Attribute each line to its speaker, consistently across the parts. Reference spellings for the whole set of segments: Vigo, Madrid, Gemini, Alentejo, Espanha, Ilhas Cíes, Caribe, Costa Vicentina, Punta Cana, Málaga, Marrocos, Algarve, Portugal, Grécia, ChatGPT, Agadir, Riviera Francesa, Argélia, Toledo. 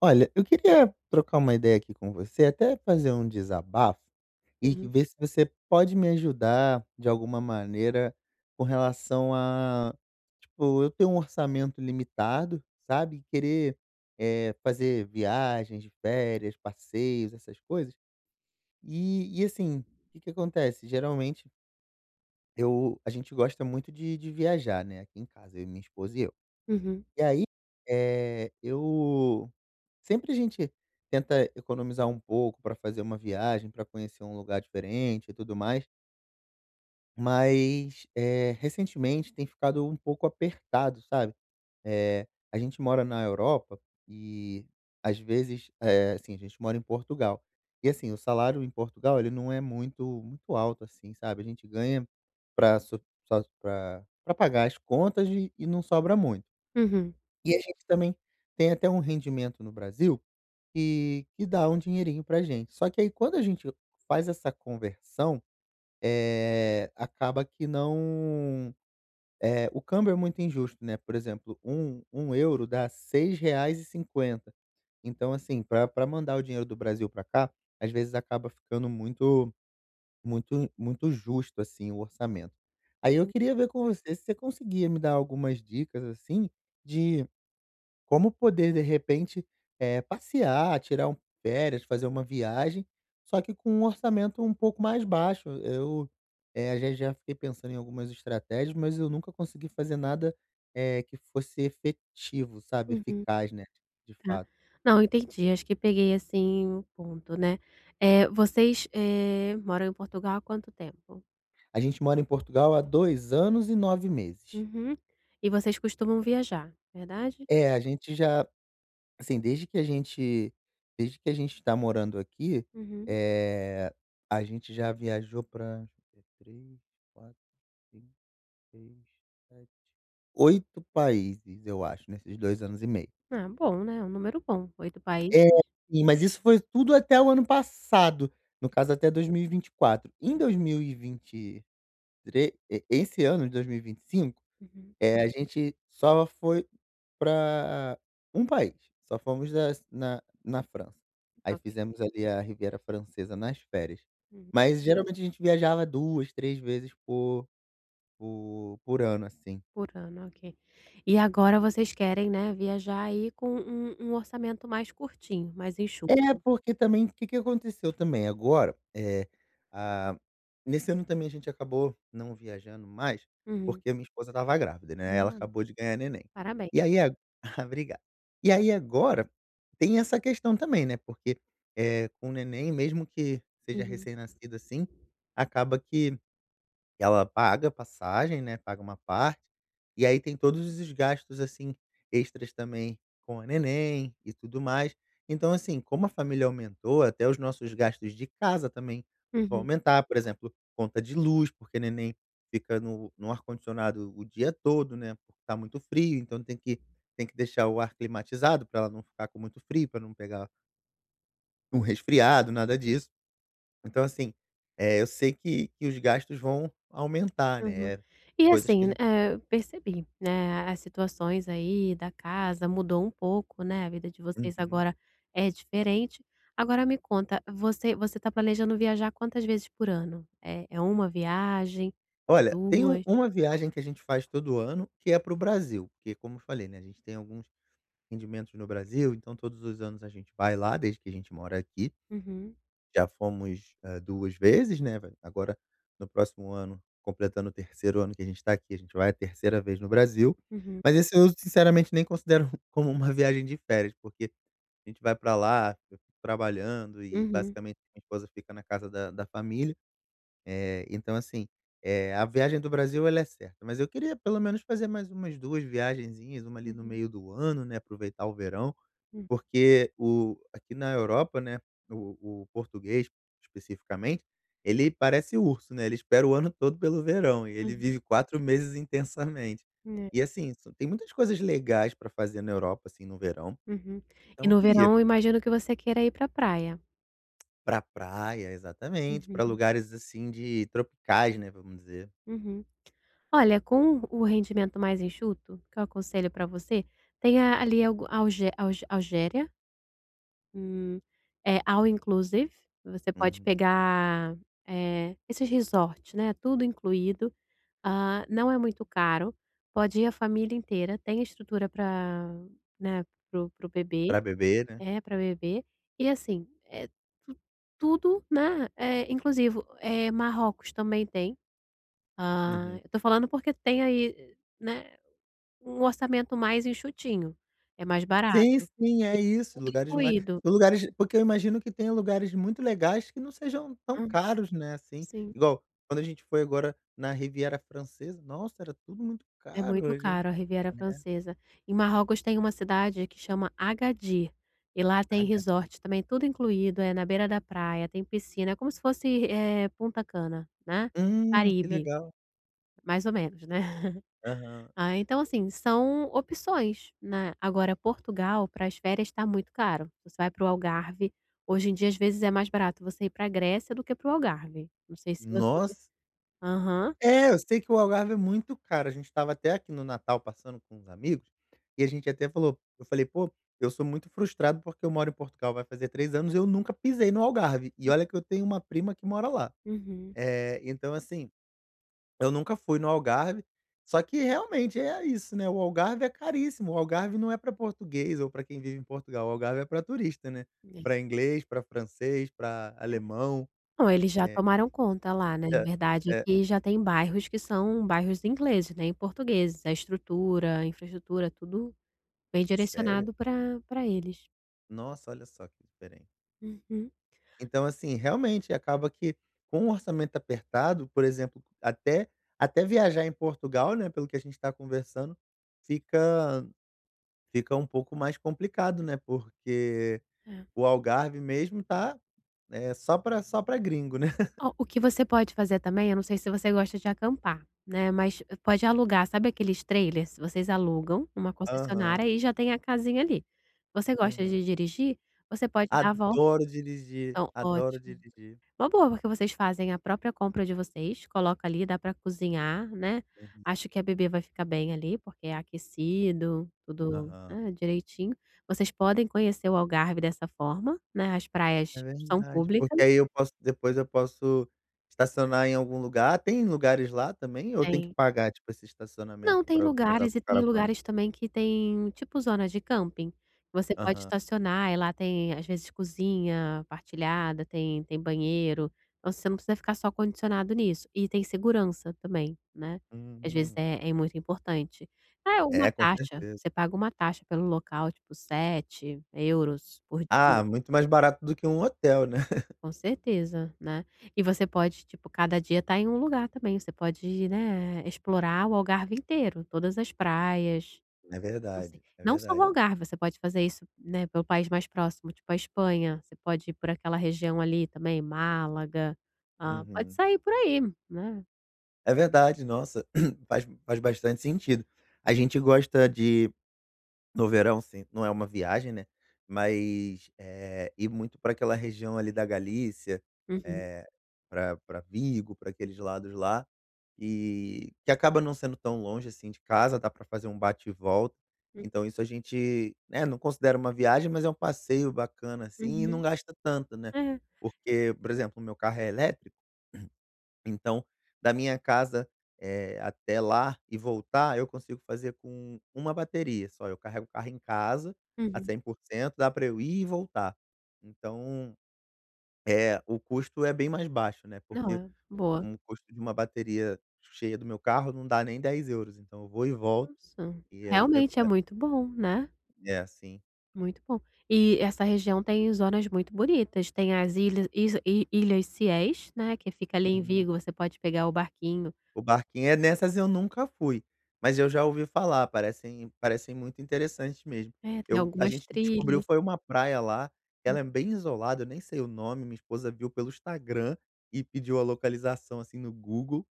Speaker 1: Olha, eu queria trocar uma ideia aqui com você, até fazer um desabafo e que
Speaker 2: Uhum,
Speaker 1: ver se você pode me ajudar de alguma maneira com relação a, tipo, eu tenho um orçamento limitado, sabe? Querer fazer viagens férias, passeios, essas coisas. E assim, o que acontece? Geralmente, a gente gosta muito de viajar, né? Aqui em casa, eu, minha esposa e eu.
Speaker 2: uhum,
Speaker 1: E aí, eh, eu Sempre a gente tenta economizar um pouco para fazer uma viagem, para conhecer um lugar diferente e tudo mais, mas, recentemente tem ficado um pouco apertado, sabe. A gente mora na Europa e às vezes, assim, a gente mora em Portugal. E assim, o salário em Portugal ele não é muito muito alto assim, sabe. A gente ganha para pagar as contas e não sobra muito.
Speaker 2: uhum,
Speaker 1: E a gente também tem até um rendimento no Brasil que dá um dinheirinho pra gente. Só que aí quando a gente faz essa conversão, acaba que não, o câmbio é muito injusto, né, por exemplo, um euro dá R$ 6,50. Então assim, pra mandar o dinheiro do Brasil pra cá, às vezes acaba ficando muito muito muito justo, assim, o orçamento. Aí eu queria ver com você se você conseguia me dar algumas dicas, assim, de como poder de repente, passear, tirar um férias, fazer uma viagem, só que com um orçamento um pouco mais baixo. Eu, já fiquei pensando em algumas estratégias, mas eu nunca consegui fazer nada, que fosse efetivo, sabe,
Speaker 2: uhum,
Speaker 1: eficaz, né, de
Speaker 2: tá.
Speaker 1: fato.
Speaker 2: Não, entendi, acho que peguei, assim, o ponto, né. Vocês, moram em Portugal há quanto tempo?
Speaker 1: A gente mora em Portugal há 2 anos e 9 meses.
Speaker 2: Uhum. E vocês costumam viajar, verdade?
Speaker 1: É, a gente já, assim, desde que a gente está morando aqui,
Speaker 2: Uhum.
Speaker 1: eh, a gente já viajou para deixa eu ver, 6, 7, 8 países, eu acho, nesses 2 anos e meio.
Speaker 2: Ah, bom, né, é um número bom, 8 países.
Speaker 1: É, sim, mas isso foi tudo até o ano passado, no caso até 2024. Em 2023 e vinte e três, esse ano de 2025,
Speaker 2: Uhum,
Speaker 1: a gente só foi para um país, só fomos as na na França. Aí
Speaker 2: ok.
Speaker 1: fizemos ali a Riviera Francesa nas férias.
Speaker 2: Uhum,
Speaker 1: Mas geralmente a gente viajava 2 3 vezes por ano, assim.
Speaker 2: por ano, ok. E agora vocês querem, né, viajar aí com um orçamento mais curtinho, mais enxuto.
Speaker 1: É, porque também o que que aconteceu também agora, ah, nesse ano também a gente acabou não viajando mais,
Speaker 2: Uhum.
Speaker 1: porque a minha esposa estava grávida, né, ela
Speaker 2: Ah,
Speaker 1: acabou de ganhar neném.
Speaker 2: parabéns.
Speaker 1: E aí a ah, obrigado. E aí agora tem essa questão também, né, porque, com o neném, mesmo que seja
Speaker 2: Uhum,
Speaker 1: recém-nascido, assim, acaba que ela paga passagem, né, paga uma parte, e aí tem todos os gastos, assim, extras também com a neném e tudo mais. Então, assim, como a família aumentou, até os nossos gastos de casa também vão
Speaker 2: uhum.
Speaker 1: aumentar, por exemplo, conta de luz, porque a neném fica no ar-condicionado o dia todo, né, porque tá muito frio, então tem que deixar o ar climatizado para ela não ficar com muito frio, para não pegar um resfriado, nada disso. Então assim, eu sei que os gastos vão aumentar,
Speaker 2: Uhum.
Speaker 1: né,
Speaker 2: E
Speaker 1: coisas que
Speaker 2: assim,
Speaker 1: a gente.
Speaker 2: eu percebi, né, as situações aí da casa mudou um pouco, né, a vida de vocês
Speaker 1: Uhum.
Speaker 2: agora é diferente. Agora me conta, você tá planejando viajar quantas vezes por ano? É 1 viagem? É
Speaker 1: Olha, tem um
Speaker 2: 2?
Speaker 1: uma viagem que a gente faz todo ano, que é para o Brasil, porque como eu falei, né, a gente tem alguns rendimentos no Brasil, então todos os anos a gente vai lá, desde que a gente mora aqui.
Speaker 2: Uhum,
Speaker 1: Já fomos, 2 vezes, né, vai agora no próximo ano, completando o terceiro ano que a gente está aqui, a gente vai a terceira vez no Brasil,
Speaker 2: uhum,
Speaker 1: mas esse eu sinceramente nem considero como uma viagem de férias, porque a gente vai para lá, eu fico trabalhando e
Speaker 2: uhum,
Speaker 1: basicamente minha esposa fica na casa da família, então assim, a viagem do Brasil ela é certa, mas eu queria pelo menos fazer mais umas 2 viagenzinhas, uma ali no
Speaker 2: uhum,
Speaker 1: meio do ano, né, aproveitar o verão.
Speaker 2: uhum,
Speaker 1: Porque o aqui na Europa, né, o português, especificamente, ele parece urso, né, ele espera o ano todo pelo verão e ele vive 4 meses intensamente.
Speaker 2: uhum, é,
Speaker 1: E assim, são tem muitas coisas legais para fazer na Europa, assim, no verão,
Speaker 2: uhum.
Speaker 1: então
Speaker 2: E
Speaker 1: eu
Speaker 2: no
Speaker 1: queria
Speaker 2: verão, imagino que você queira ir pra praia.
Speaker 1: para praia exatamente,
Speaker 2: Uhum,
Speaker 1: para lugares, assim, de tropicais, né, vamos dizer.
Speaker 2: uhum. Olha, com o rendimento mais enxuto, que eu aconselho para você, tem a ali algu Algé Algé Algéria, hum, all inclusive, você pode
Speaker 1: Para
Speaker 2: pegar, esses resort, né, tudo incluído, ah, não é muito caro, pode ir a família inteira, tem estrutura para, né, pro bebê
Speaker 1: beber, né.
Speaker 2: é, para bebê, e assim, é tu tudo, né, é inclusivo. É Marrocos também tem, ah,
Speaker 1: Uhum.
Speaker 2: eu tô falando porque tem aí, né, um orçamento mais enxutinho, é mais
Speaker 1: Sim,
Speaker 2: barato.
Speaker 1: sim,
Speaker 2: E
Speaker 1: é isso,
Speaker 2: tudo
Speaker 1: lugares mais
Speaker 2: incluído.
Speaker 1: lugares porque eu imagino que tenha lugares muito legais que não sejam tão
Speaker 2: Hum,
Speaker 1: caros, né, assim,
Speaker 2: sim,
Speaker 1: igual quando a gente foi agora na Riviera Francesa, nossa, era tudo muito
Speaker 2: é
Speaker 1: caro,
Speaker 2: muito
Speaker 1: a gente
Speaker 2: caro a Riviera Francesa. Em Marrocos tem uma cidade que chama Agadir, e lá tem
Speaker 1: HD.
Speaker 2: resort também, tudo incluído, é na beira da praia, tem piscina, é como se fosse, Punta Cana, né,
Speaker 1: Que
Speaker 2: Caribe,
Speaker 1: legal.
Speaker 2: mais ou menos, né.
Speaker 1: Aham.
Speaker 2: Ah, então assim, são opções, né. Agora Portugal para as férias está muito caro. Você vai para o Algarve, hoje em dia às vezes é mais barato você ir para a Grécia do que para o Algarve. Não sei se você
Speaker 1: Nossa.
Speaker 2: aham,
Speaker 1: É, eu sei que o Algarve é muito caro, a gente estava até aqui no Natal passando com os amigos, e a gente até falou eu falei: "Pô, eu sou muito frustrado porque eu moro em Portugal, vai fazer 3 anos e eu nunca pisei no Algarve", e olha que eu tenho uma prima que mora lá.
Speaker 2: uhum.
Speaker 1: Então assim, eu nunca fui no Algarve, só que realmente é isso, né, o Algarve é caríssimo, o Algarve não é para português ou para quem vive em Portugal, o Algarve é para turista, né,
Speaker 2: É.
Speaker 1: para inglês, para francês, para alemão,
Speaker 2: Não, eles já
Speaker 1: é
Speaker 2: tomaram conta lá, né. Na
Speaker 1: hã,
Speaker 2: verdade
Speaker 1: eh
Speaker 2: aqui já tem bairros que são bairros ingleses, né, e portugueses. A estrutura, a infraestrutura, tudo bem
Speaker 1: sério?
Speaker 2: direcionado para eles.
Speaker 1: Nossa, olha só que diferente.
Speaker 2: Uhum.
Speaker 1: Então assim, realmente acaba que com o orçamento apertado, por exemplo, até viajar em Portugal, né, pelo que a gente está conversando, fica fica um pouco mais complicado, né, porque
Speaker 2: É.
Speaker 1: o Algarve mesmo, tá, é só pra gringo, né.
Speaker 2: Ó, o que você pode fazer também, eu não sei se você gosta de acampar, né, mas pode alugar, sabe aqueles trailers? Vocês alugam uma
Speaker 1: Aham,
Speaker 2: concessionária e já tem a casinha ali. Você gosta de
Speaker 1: aham.
Speaker 2: dirigir? Você pode dar a volta
Speaker 1: Adoro dirigir,
Speaker 2: então,
Speaker 1: adoro
Speaker 2: ótimo.
Speaker 1: dirigir.
Speaker 2: Uma boa, porque vocês fazem a própria compra de vocês, coloca ali, dá para cozinhar, né.
Speaker 1: Uhum,
Speaker 2: Acho que a bebê vai ficar bem ali, porque é aquecido, tudo,
Speaker 1: aham.
Speaker 2: né, direitinho. Vocês podem conhecer o Algarve dessa forma, né, as
Speaker 1: É
Speaker 2: praias são
Speaker 1: verdade,
Speaker 2: públicas.
Speaker 1: porque aí eu posso, depois eu posso estacionar em algum lugar. Tem lugares lá também ou tem que
Speaker 2: Tem.
Speaker 1: pagar, tipo, esse
Speaker 2: Não,
Speaker 1: estacionamento
Speaker 2: tem
Speaker 1: pra para os
Speaker 2: lugares e tem
Speaker 1: autocaravanas?
Speaker 2: lugares também que tem tipo zona de camping, você pode
Speaker 1: Aham.
Speaker 2: estacionar e lá tem às vezes cozinha partilhada, tem banheiro, então você não precisa ficar só condicionado nisso, e tem segurança também, né, às vezes
Speaker 1: Hum.
Speaker 2: é muito importante. É uma
Speaker 1: É, com
Speaker 2: taxa,
Speaker 1: certeza.
Speaker 2: você paga uma taxa pelo local, tipo 7 euros por dia,
Speaker 1: Ah, muito mais barato do que um hotel, né.
Speaker 2: com certeza, né. E você pode, tipo, cada dia estar em um lugar também, você pode, né, explorar o Algarve inteiro, todas as praias.
Speaker 1: É
Speaker 2: Não
Speaker 1: verdade,
Speaker 2: sei.
Speaker 1: é
Speaker 2: Não só o
Speaker 1: verdade.
Speaker 2: Algarve, você pode fazer isso, né, pelo país mais próximo, tipo a Espanha, você pode ir por aquela região ali também, Málaga, ah, pode
Speaker 1: Uhum.
Speaker 2: sair por aí, né.
Speaker 1: É verdade, nossa, faz bastante sentido. A gente gosta de no verão, sim, não é uma viagem, né, mas, ir muito para aquela região ali da Galícia,
Speaker 2: Uhum,
Speaker 1: eh, pra Vigo, para aqueles lados lá, e que acaba não sendo tão longe, assim, de casa, dá para fazer um bate e volta.
Speaker 2: hum,
Speaker 1: Então isso a gente, né, não considera uma viagem, mas é um passeio bacana, assim, e
Speaker 2: uhum,
Speaker 1: não gasta tanto, né,
Speaker 2: é,
Speaker 1: porque, por exemplo, o meu carro é elétrico então, da minha casa, até lá e voltar, eu consigo fazer com uma bateria só. Eu carrego o carro em casa a
Speaker 2: uhum.
Speaker 1: 100%, dá para eu ir e voltar. Então, o custo é bem mais baixo, né,
Speaker 2: Não,
Speaker 1: porque
Speaker 2: é boa.
Speaker 1: um custo de uma bateria cheia do meu carro não dá nem 10 euros. Então eu vou e volto,
Speaker 2: Nossa,
Speaker 1: e aí depo
Speaker 2: realmente é muito bom, né,
Speaker 1: é, sim.
Speaker 2: muito bom. E essa região tem zonas muito bonitas, tem as ilhas is i Ilhas Cíes, né, que fica ali em
Speaker 1: Uhum.
Speaker 2: Vigo, você pode pegar o barquinho,
Speaker 1: O barquinho é nessas, eu nunca fui, mas eu já ouvi falar, parecem muito interessantes mesmo.
Speaker 2: né, tem
Speaker 1: Eu A
Speaker 2: algumas
Speaker 1: gente descobriu
Speaker 2: trilhas.
Speaker 1: foi uma praia lá, ela é bem isolada, eu nem sei o nome, minha esposa viu pelo Instagram e pediu a localização, assim, no Google,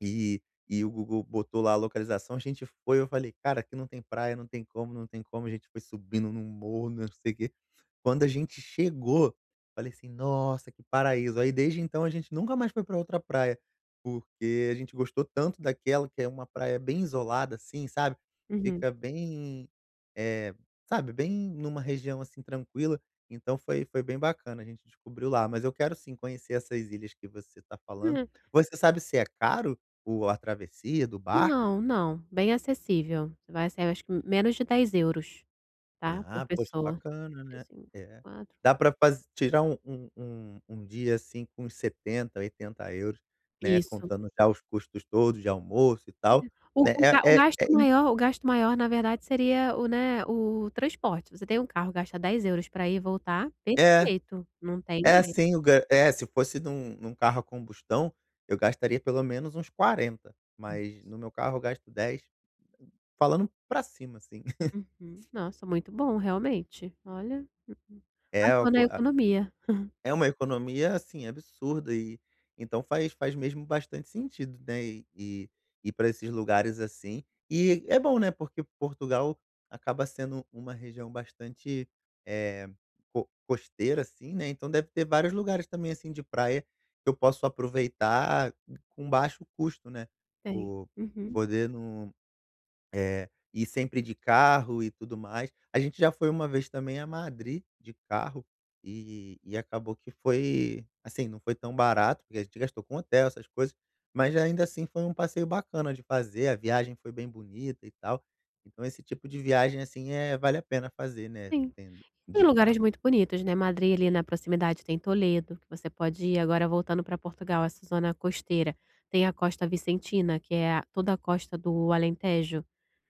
Speaker 1: e e o Google botou lá a localização, a gente foi, eu falei: "Cara, aqui não tem praia, não tem como, não tem como", a gente foi subindo num morro, não sei o quê. Quando a gente chegou, falei assim: "Nossa, que paraíso". Aí desde então a gente nunca mais foi para outra praia, porque a gente gostou tanto daquela, que é uma praia bem isolada, assim, sabe,
Speaker 2: Uhum.
Speaker 1: fica bem, eh, sabe, bem numa região, assim, tranquila, então foi bem bacana, a gente descobriu lá. Mas eu quero sim conhecer essas ilhas que você está falando.
Speaker 2: Hum.
Speaker 1: Você sabe se é caro o a travessia do barco?
Speaker 2: Não, não, bem acessível. Você vai sair acho que menos de 10 euros, tá, por
Speaker 1: Ah, poxa,
Speaker 2: pessoa.
Speaker 1: bacana, né.
Speaker 2: Assim,
Speaker 1: É.
Speaker 2: 4.
Speaker 1: Dá para tirar um dia, assim, com uns 70, 80 euros, né,
Speaker 2: Isso.
Speaker 1: contando já os custos todos de almoço e tal,
Speaker 2: O
Speaker 1: né.
Speaker 2: o
Speaker 1: É
Speaker 2: ga o
Speaker 1: é
Speaker 2: gasto
Speaker 1: é in
Speaker 2: maior, na verdade, seria o, né, o transporte. Você tem um carro, gasta 10 euros para ir e voltar,
Speaker 1: é,
Speaker 2: perfeito, não tem
Speaker 1: é
Speaker 2: mais.
Speaker 1: assim, se fosse num carro a combustão, eu gastaria pelo menos uns 40, mas no meu carro eu gasto 10, falando pra cima, assim.
Speaker 2: Uhum. Nossa, muito bom, realmente. Olha, uhum.
Speaker 1: É o
Speaker 2: Passou na economia.
Speaker 1: É uma economia, assim, absurda e então faz mesmo bastante sentido, né, e ir pra esses lugares, assim. E é bom, né, porque Portugal acaba sendo uma região bastante, eh, co costeira, assim, né, então deve ter vários lugares também, assim, de praia que eu posso aproveitar com baixo custo, né,
Speaker 2: Tem.
Speaker 1: por
Speaker 2: Uhum.
Speaker 1: poder e sempre de carro e tudo mais. A gente já foi uma vez também a Madrid de carro e acabou que foi assim, não foi tão barato, porque a gente gastou com hotel, essas coisas, mas ainda assim foi um passeio bacana de fazer, a viagem foi bem bonita e tal. Então esse tipo de viagem, assim, vale a pena fazer, né,
Speaker 2: Sim.
Speaker 1: tendo
Speaker 2: Tem
Speaker 1: de
Speaker 2: lugares
Speaker 1: carro.
Speaker 2: muito bonitos, né, Madrid, ali na proximidade, tem Toledo, que você pode ir. Agora voltando para Portugal, essa zona costeira, tem a Costa Vicentina, que é a toda a costa do Alentejo.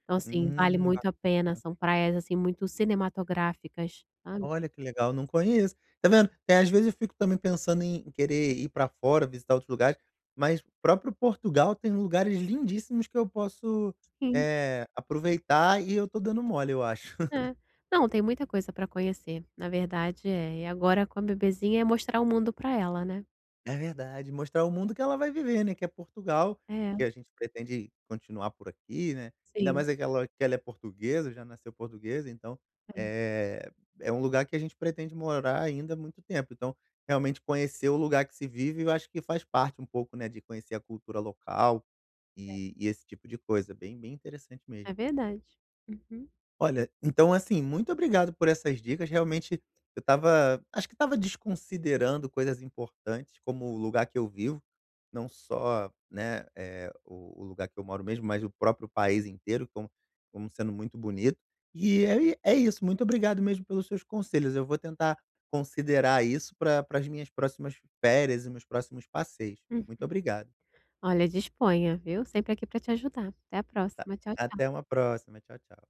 Speaker 2: Então, assim, vale
Speaker 1: Hum.
Speaker 2: muito a pena, são praias, assim, muito cinematográficas, sabe.
Speaker 1: Olha que legal, não conheço. Tá vendo? É, às vezes eu fico também pensando em querer ir pra fora, visitar outros lugares, mas o próprio Portugal tem lugares lindíssimos que eu posso,
Speaker 2: Sim,
Speaker 1: aproveitar e eu tô dando mole, eu acho.
Speaker 2: é. Não, tem muita coisa para conhecer, na verdade é. E agora com a bebezinha é mostrar o mundo para ela, né.
Speaker 1: É verdade, mostrar o mundo que ela vai viver, né, que é Portugal,
Speaker 2: É,
Speaker 1: que a gente pretende continuar por aqui, né, ainda
Speaker 2: sim.
Speaker 1: mais aquela que ela é portuguesa, já nasceu portuguesa, então,
Speaker 2: É,
Speaker 1: eh, é um lugar que a gente pretende morar ainda há muito tempo, então, realmente conhecer o lugar que se vive, eu acho que faz parte um pouco, né, de conhecer a cultura local, e esse tipo de coisa, bem bem interessante
Speaker 2: é
Speaker 1: mesmo.
Speaker 2: verdade. Uhum.
Speaker 1: Olha, então assim, muito obrigado por essas dicas. Realmente eu estava acho que estava desconsiderando coisas importantes, como o lugar que eu vivo, não só, né, o lugar que eu moro mesmo, mas o próprio país inteiro como sendo muito bonito. E é isso, muito obrigado mesmo pelos seus conselhos. Eu vou tentar considerar isso para as minhas próximas férias e meus próximos passeios.
Speaker 2: Hum.
Speaker 1: Muito obrigado.
Speaker 2: Olha, disponha, viu? Sempre aqui para te ajudar. Até a próxima. Tchau.
Speaker 1: Até uma próxima. Tchau, tchau.